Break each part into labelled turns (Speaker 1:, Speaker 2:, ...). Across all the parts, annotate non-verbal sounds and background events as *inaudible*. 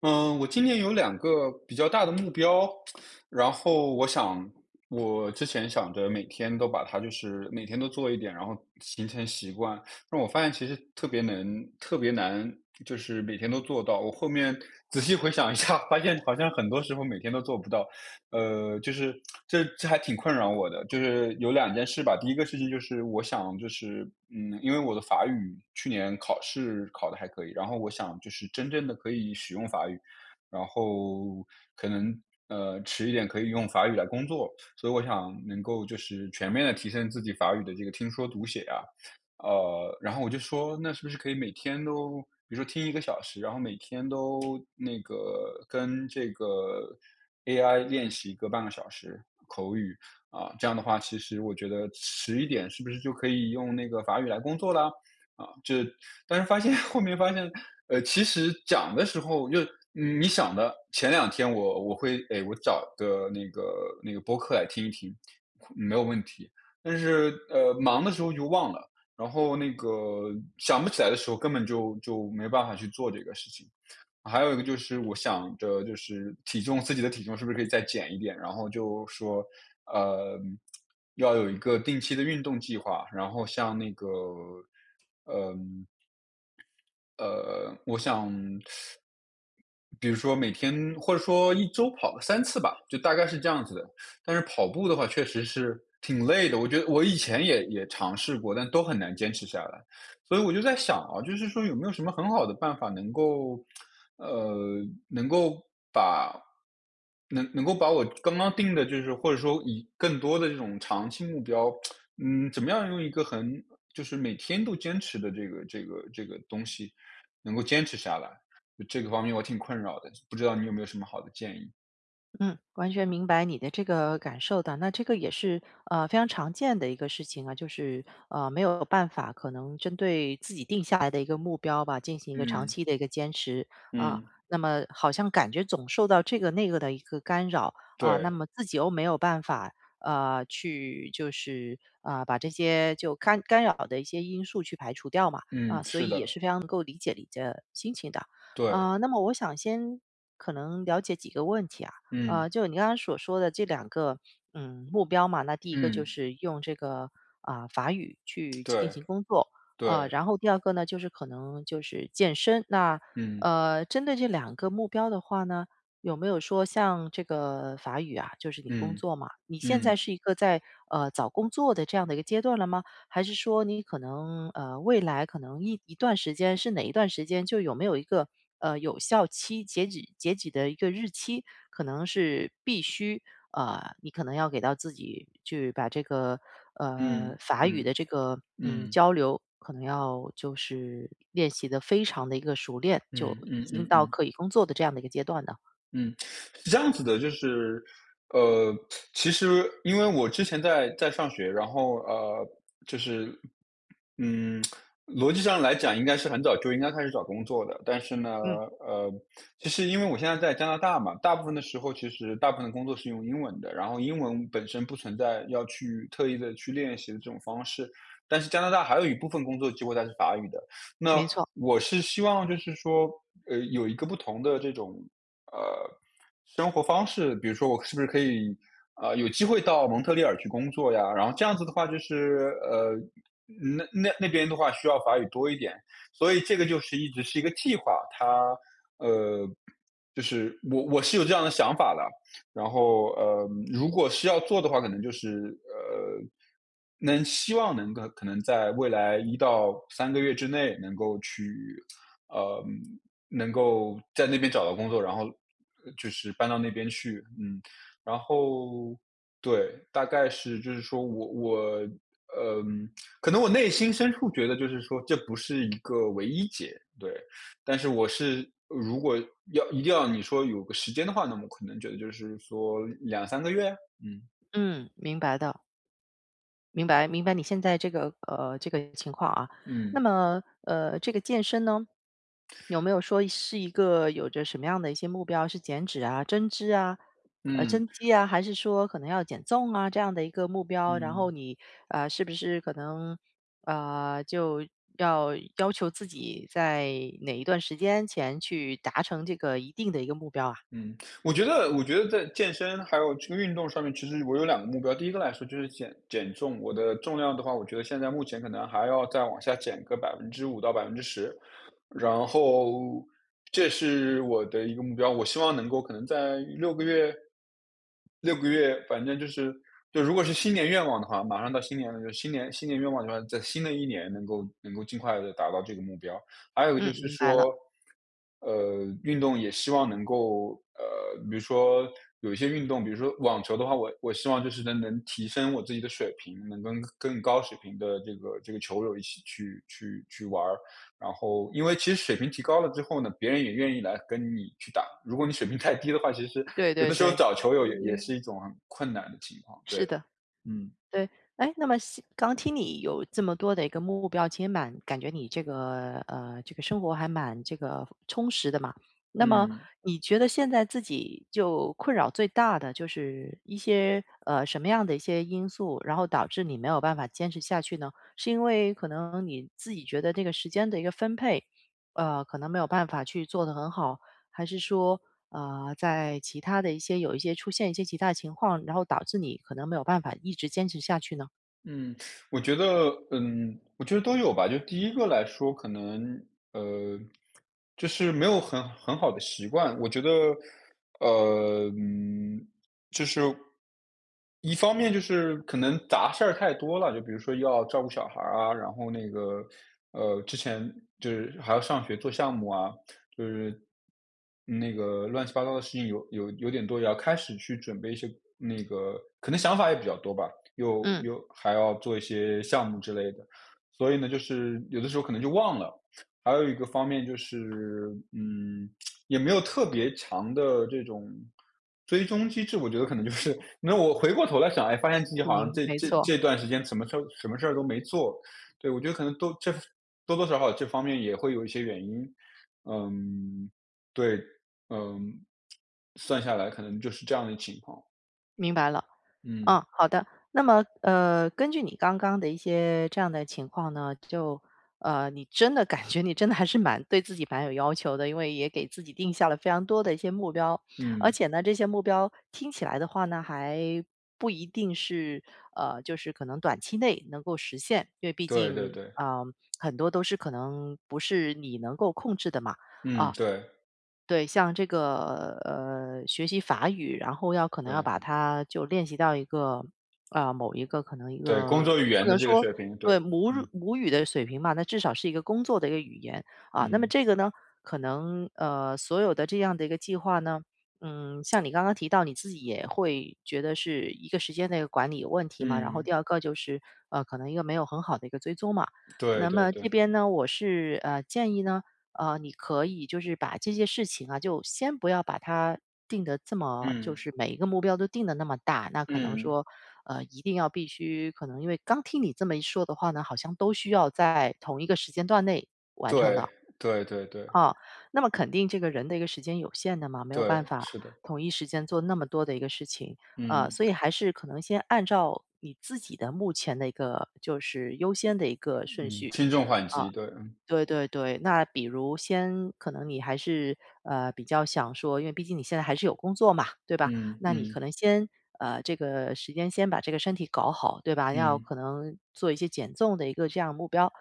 Speaker 1: 嗯，我今年有两个比较大的目标，然后我之前想着每天都把它就是每天都做一点，然后形成习惯。但我发现其实特别难，就是每天都做到。我后面仔细回想一下，发现好像很多时候每天都做不到。就是这还挺困扰我的，就是有两件事吧。第一个事情就是我想就是，嗯，因为我的法语去年考试考的还可以，然后我想就是真正的可以使用法语，然后可能，迟一点可以用法语来工作，所以我想能够就是全面的提升自己法语的这个听说读写啊。然后我就说那是不是可以每天都比如说听1个小时，然后每天都跟这个 AI 练习个半个小时口语。啊，这样的话，其实我觉得迟一点是不是就可以用那个法语来工作啦？啊，这但是发现 *laughs* 后面发现，其实讲的时候就你想的，前两天我会，哎，我找个那个播客来听一听，没有问题。但是忙的时候就忘了，然后想不起来的时候，根本就没办法去做这个事情。还有一个就是我想着就是自己的体重是不是可以再减一点，然后就说，呃，要有一个定期的运动计划，然后像那个呃，我想，比如说每天或者说一周跑个3次吧，就大概是这样子的。但是跑步的话确实是挺累的，我觉得我以前也尝试过，但都很难坚持下来。所以我就在想啊，就是说有没有什么很好的办法能够，呃，能够把把我刚刚定的，就是或者说以更多的这种长期目标，怎么样用一个很就是每天都坚持的这个东西，能够坚持下来，就这个方面我挺困扰的，不知道你有没有什么好的建议？
Speaker 2: 嗯，完全明白你的这个感受的。那这个也是非常常见的一个事情啊，就是没有办法可能针对自己定下来的一个目标吧，进行一个长
Speaker 1: 嗯
Speaker 2: 期的一个坚持啊。
Speaker 1: 嗯，
Speaker 2: 那么好像感觉总受到这个那个的一个干扰啊，那
Speaker 1: 对，
Speaker 2: 么自己又没有办法去就是啊把这些就干扰的一些因素去排除掉嘛啊，
Speaker 1: 嗯，
Speaker 2: 所
Speaker 1: 是
Speaker 2: 以也
Speaker 1: 的，
Speaker 2: 是非常能够理解你的心情的。
Speaker 1: 对，
Speaker 2: 呃，那么我想先可能了解几个问题啊。呃，
Speaker 1: 嗯
Speaker 2: 就你刚刚所说的这两个，嗯，目标嘛，那第一个就
Speaker 1: 嗯，
Speaker 2: 是用这个啊、法语去进
Speaker 1: 对
Speaker 2: 行工作，呃，
Speaker 1: 对，
Speaker 2: 然后第二个呢，就是可能就是健身。那
Speaker 1: 嗯
Speaker 2: 呃，针对这两个目标的话呢，有没有说像这个法语啊，就是你工
Speaker 1: 嗯
Speaker 2: 作嘛，你现在
Speaker 1: 嗯
Speaker 2: 是一个在找工作的这样的一个阶段了吗？还是说你可能未来可能一段时间是哪一段时间就有没有一个呃有效期截止的一个日期？可能是必须，呃，你可能要给到自己去把这个呃
Speaker 1: 嗯
Speaker 2: 法语
Speaker 1: 嗯
Speaker 2: 的这个嗯
Speaker 1: 嗯
Speaker 2: 交流，可能要就是练习的非常的一个熟练，就
Speaker 1: 嗯
Speaker 2: 已
Speaker 1: 嗯嗯
Speaker 2: 经
Speaker 1: 嗯
Speaker 2: 到
Speaker 1: 嗯。
Speaker 2: 可以工作的这样的一个阶段了。
Speaker 1: 嗯，是这样子的，就是，呃，其实因为我之前在上学，然后就是，嗯，逻辑上来讲，应该是很早就应该开始找工作的，但是呢，
Speaker 2: 嗯，
Speaker 1: 呃，其实因为我现在在加拿大嘛，大部分的时候其实大部分的工作是用英文的，然后英文本身不存在要去特意的去练习的这种方式，但是加拿大还有一部分工作机会它是法语的，那
Speaker 2: 没错，
Speaker 1: 我是希望就是说，有一个不同的这种。呃，生活方式，比如说我是不是可以，有机会到蒙特利尔去工作呀？然后这样子的话，就是那边的话需要法语多一点，所以这个就是一直是一个计划，它呃，就是我是有这样的想法的，然后如果是要做的话，可能就是能希望能够可能在未来1到3个月之内能够去呃，能够在那边找到工作，然后就是搬到那边去，然后对，大概是就是说我我，嗯，可能我内心深处觉得就是说这不是一个唯一解，对，但是如果一定要你说有个时间的话，那么可能觉得就是说两三个月？嗯，
Speaker 2: 嗯，明白的。明白，明白你现在这个这个情况啊，那
Speaker 1: 嗯，
Speaker 2: 么这个健身呢，有没有说是一个有着什么样的一些目标？是减脂啊、增脂啊、
Speaker 1: 嗯，
Speaker 2: 增肌啊，还是说可能要减重啊这样的一个目标？然后
Speaker 1: 嗯。
Speaker 2: 你啊、是不是可能啊、就要要求自己在哪一段时间前去达成这个一定的一个目标啊？
Speaker 1: 嗯，我觉得在健身还有这个运动上面，其实我有两个目标。第一个来说就是减重，我的重量的话，我觉得现在目前可能还要再往下减个5%到10%，然后这是我的一个目标。我希望能够可能在六个月，反正就是，就如果是新年愿望的话，马上到新年了，就新年愿望的话，在新的一年能够尽快的达到这个目标。还有一个就
Speaker 2: 嗯，
Speaker 1: 是
Speaker 2: 明白了，
Speaker 1: 说，运动也希望能够比如说有一些运动，比如说网球的话，我希望就是能提升我自己的水平，能跟更高水平的这个球友一起去玩儿。然后，因为其实水平提高了之后呢，别人也愿意来跟你去打。如果你水平太低的话，其实
Speaker 2: 对
Speaker 1: 有
Speaker 2: 对
Speaker 1: 的时候
Speaker 2: 对，
Speaker 1: 找球友也是一种很困难的情况，对，
Speaker 2: 是的。
Speaker 1: 嗯
Speaker 2: 对，哎，那么西刚听你有这么多的一个目标，其实蛮感觉你这个这个生活还蛮这个充实的嘛。那么
Speaker 1: 嗯。
Speaker 2: 你觉得现在自己就困扰最大的就是一些什么样的一些因素，然后导致你没有办法坚持下去呢？是因为可能你自己觉得这个时间的一个分配，呃，可能没有办法去做得很好，还是说，呃，在其他的一些有一些出现一些其他的情况，然后导致你可能没有办法一直坚持下去呢？
Speaker 1: 嗯，我觉得，我觉得都有吧。就第一个来说，可能，呃，就是没有很好的习惯。我觉得，呃，嗯，就是一方面就是可能杂事儿太多了，就比如说要照顾小孩儿啊，然后之前就是还要上学做项目啊，就是乱七八糟的事情有点多，也要开始去准备一些可能想法也比较多吧，又
Speaker 2: 嗯，
Speaker 1: 又还要做一些项目之类的，所以呢，就是有的时候可能就忘了。还有一个方面就是，嗯，也没有特别强的这种追踪机制，我觉得可能就是，那我回过头来想，哎，发现自己好像
Speaker 2: 明
Speaker 1: 这
Speaker 2: 没
Speaker 1: 这
Speaker 2: 错，
Speaker 1: 这段时间什么事儿什么事儿都没做，对，我觉得可能多多少少这方面也会有一些原因。嗯，对，嗯，算下来可能就是这样的情况。
Speaker 2: 明白了。
Speaker 1: 嗯，
Speaker 2: 嗯，好的。那么，呃，根据你刚刚的一些这样的情况呢，就，你真的感觉你真的还是蛮对自己蛮有要求的，因为也给自己定下了非常多的一些目标，而
Speaker 1: 嗯，
Speaker 2: 且呢，这些目标听起来的话呢，还不一定是呃，就是可能短期内能够实现，因为毕
Speaker 1: 对对
Speaker 2: 竟
Speaker 1: 对，
Speaker 2: 啊、很多都是可能不是你能够控制的嘛，
Speaker 1: 嗯，
Speaker 2: 啊、
Speaker 1: 对，
Speaker 2: 对，像这个呃，学习法语，然后要可能要
Speaker 1: 对，
Speaker 2: 把它就练习到一个啊、某一个可能一
Speaker 1: 对，工
Speaker 2: 个
Speaker 1: 作语
Speaker 2: 不
Speaker 1: 言的
Speaker 2: 能
Speaker 1: 这个
Speaker 2: 说
Speaker 1: 水平，对，
Speaker 2: 对
Speaker 1: 嗯，
Speaker 2: 母语的水平吧，那至少是一个工作的一个语言啊。那么
Speaker 1: 嗯，
Speaker 2: 这个呢，可能所有的这样的一个计划呢，嗯，像你刚刚提到，你自己也会觉得是一个时间的一个管理有问题嘛，然后第
Speaker 1: 嗯，
Speaker 2: 二个就是可能一个没有很好的一个追踪嘛。
Speaker 1: 对
Speaker 2: 那
Speaker 1: 对
Speaker 2: 么这
Speaker 1: 对，
Speaker 2: 边呢，我是建议呢。呃，你可以就是把这些事情啊，就先不要把它定的这么，就
Speaker 1: 嗯，
Speaker 2: 是每一个目标都定的那么大。那可能
Speaker 1: 嗯，
Speaker 2: 说，呃，一定要必须，可能因为刚听你这么一说的话呢，好像都需要在同一个时间段内完成
Speaker 1: 对，
Speaker 2: 的
Speaker 1: 对对对，
Speaker 2: 啊。那么肯定这个人的一个时间有限的嘛，没有办
Speaker 1: 对，
Speaker 2: 法
Speaker 1: 是的，
Speaker 2: 同一时间做那么多的一个事情。呃，
Speaker 1: 嗯，
Speaker 2: 所以还是可能先按照你自己的目前的一个就是优先的一个顺
Speaker 1: 嗯，
Speaker 2: 序，
Speaker 1: 轻重缓急，对，嗯，
Speaker 2: 对对对，那比如先可能你还是，呃，比较想说因为毕竟你现在还是有工作嘛，对吧？那你可
Speaker 1: 嗯，
Speaker 2: 能先，呃，这个时间先把这个身体搞好，对吧？要
Speaker 1: 嗯，
Speaker 2: 可能做一些减重的一个这样目标。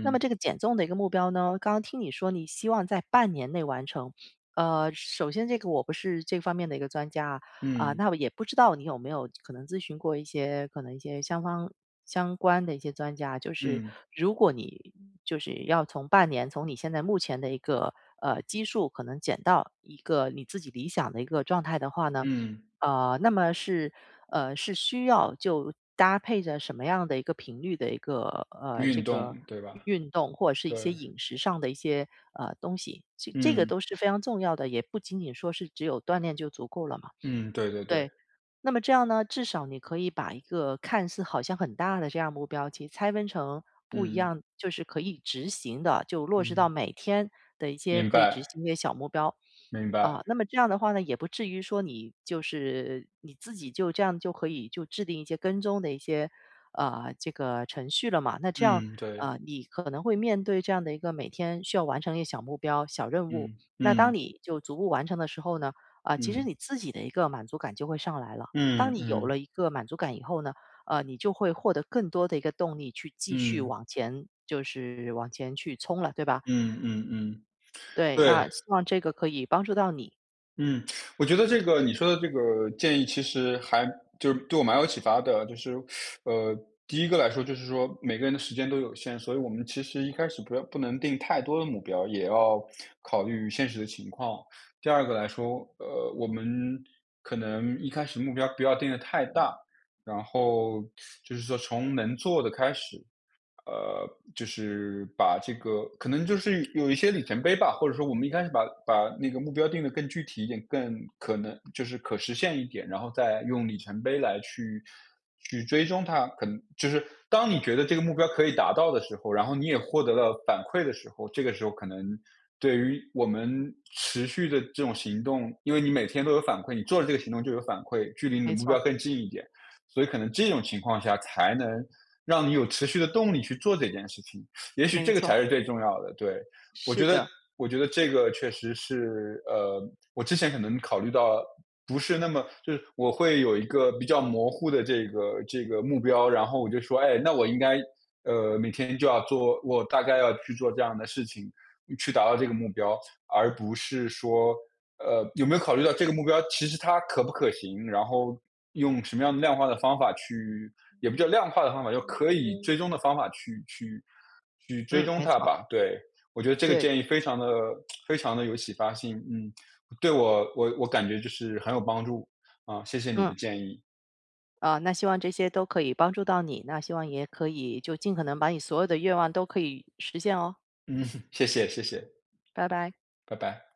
Speaker 2: 那么这个减重的一个目标呢，刚刚听你说你希望在半年内完成，呃，首先这个我不是这方面的一个专家啊，啊，
Speaker 1: 嗯，
Speaker 2: 那我也不知道你有没有可能咨询过一些可能一些相关的一些专家，就是
Speaker 1: 嗯，嗯，
Speaker 2: 如果你就是要从半年，从你现在目前的一个基数，可能减到一个你自己理想的一个状态的话呢，
Speaker 1: 嗯
Speaker 2: 呃，那么是是需要就搭配着什么样的一个频率的一个这
Speaker 1: 运
Speaker 2: 个
Speaker 1: 动，对吧？
Speaker 2: 运动或者是一些
Speaker 1: 对，
Speaker 2: 饮食上的一些东西，这个
Speaker 1: 嗯，
Speaker 2: 都是非常重要的，也不仅仅说是只有锻炼就足够了嘛。
Speaker 1: 嗯，对对对，
Speaker 2: 对，那么这样呢，至少你可以把一个看似好像很大的这样目标，其实拆分成不一
Speaker 1: 嗯，
Speaker 2: 样，就是可以执行的，就落实到
Speaker 1: 嗯。
Speaker 2: 每天的一些
Speaker 1: 明
Speaker 2: 可以执
Speaker 1: 白，
Speaker 2: 行一些小目标。
Speaker 1: 明
Speaker 2: 啊，
Speaker 1: 白，
Speaker 2: 那么这样的话呢，也不至于说你就是你自己就这样就可以就制定一些跟踪的一些这个程序了嘛？那这样
Speaker 1: 嗯，对，
Speaker 2: 呃，你可能会面对这样的一个每天需要完成一些小目标、小任务。
Speaker 1: 嗯，
Speaker 2: 那当
Speaker 1: 嗯，
Speaker 2: 你就逐步完成的时候呢，啊，其实
Speaker 1: 嗯，
Speaker 2: 你自己的一个满足感就会上来了。当
Speaker 1: 嗯，
Speaker 2: 你有了
Speaker 1: 嗯，
Speaker 2: 一个满足感以后呢，呃，你就会获得更多的一个动力去继续
Speaker 1: 嗯，
Speaker 2: 往前，就是往前去冲了，对吧？
Speaker 1: 嗯，嗯，嗯，
Speaker 2: 对，
Speaker 1: 对，
Speaker 2: 那希望这个可以帮助到你。
Speaker 1: 嗯，我觉得这个你说的这个建议其实还就是对我蛮有启发的，就是，呃，第一个来说就是说每个人的时间都有限，所以我们其实一开始不能定太多的目标，也要考虑现实的情况。第二个来说，我们可能一开始目标不要定的太大，然后就是说从能做的开始，呃，就是把这个可能就是有一些里程碑吧，或者说我们一开始把那个目标定的更具体一点，更可能就是可实现一点，然后再用里程碑来去追踪它。可能就是当你觉得这个目标可以达到的时候，然后你也获得了反馈的时候，这个时候可能对于我们持续的这种行动，因为你每天都有反馈，你做了这个行动就有反馈，距离你的
Speaker 2: 没
Speaker 1: 目标
Speaker 2: 错，
Speaker 1: 更近一点。所以可能这种情况下才能让你有持续的动力去做这件事情，也许
Speaker 2: 没
Speaker 1: 这个
Speaker 2: 错，
Speaker 1: 才是最重要的。对，我
Speaker 2: 是
Speaker 1: 觉得，
Speaker 2: 的，
Speaker 1: 我觉得这个确实是，我之前可能考虑到不是那么，就是我会有一个比较模糊的这个目标，然后我就说，哎，那我应该，每天就要做，我大概要去做这样的事情，去达到这个目标，而不是说。有没有考虑到这个目标其实它可不可行？然后用什么样的量化的方法去，也不叫量化的方法，就可以追踪的方法去追
Speaker 2: 嗯，
Speaker 1: 踪
Speaker 2: 没
Speaker 1: 它
Speaker 2: 错，
Speaker 1: 吧。对，我觉得这个
Speaker 2: 对，
Speaker 1: 建议非常的非常的有启发性，嗯，对我，我感觉就是很有帮助啊，谢谢你
Speaker 2: 嗯，
Speaker 1: 的建议，
Speaker 2: 啊、那希望这些都可以帮助到你，那希望也可以就尽可能把你所有的愿望都可以实现哦，
Speaker 1: 嗯，谢谢谢谢，
Speaker 2: 拜拜。
Speaker 1: 拜拜。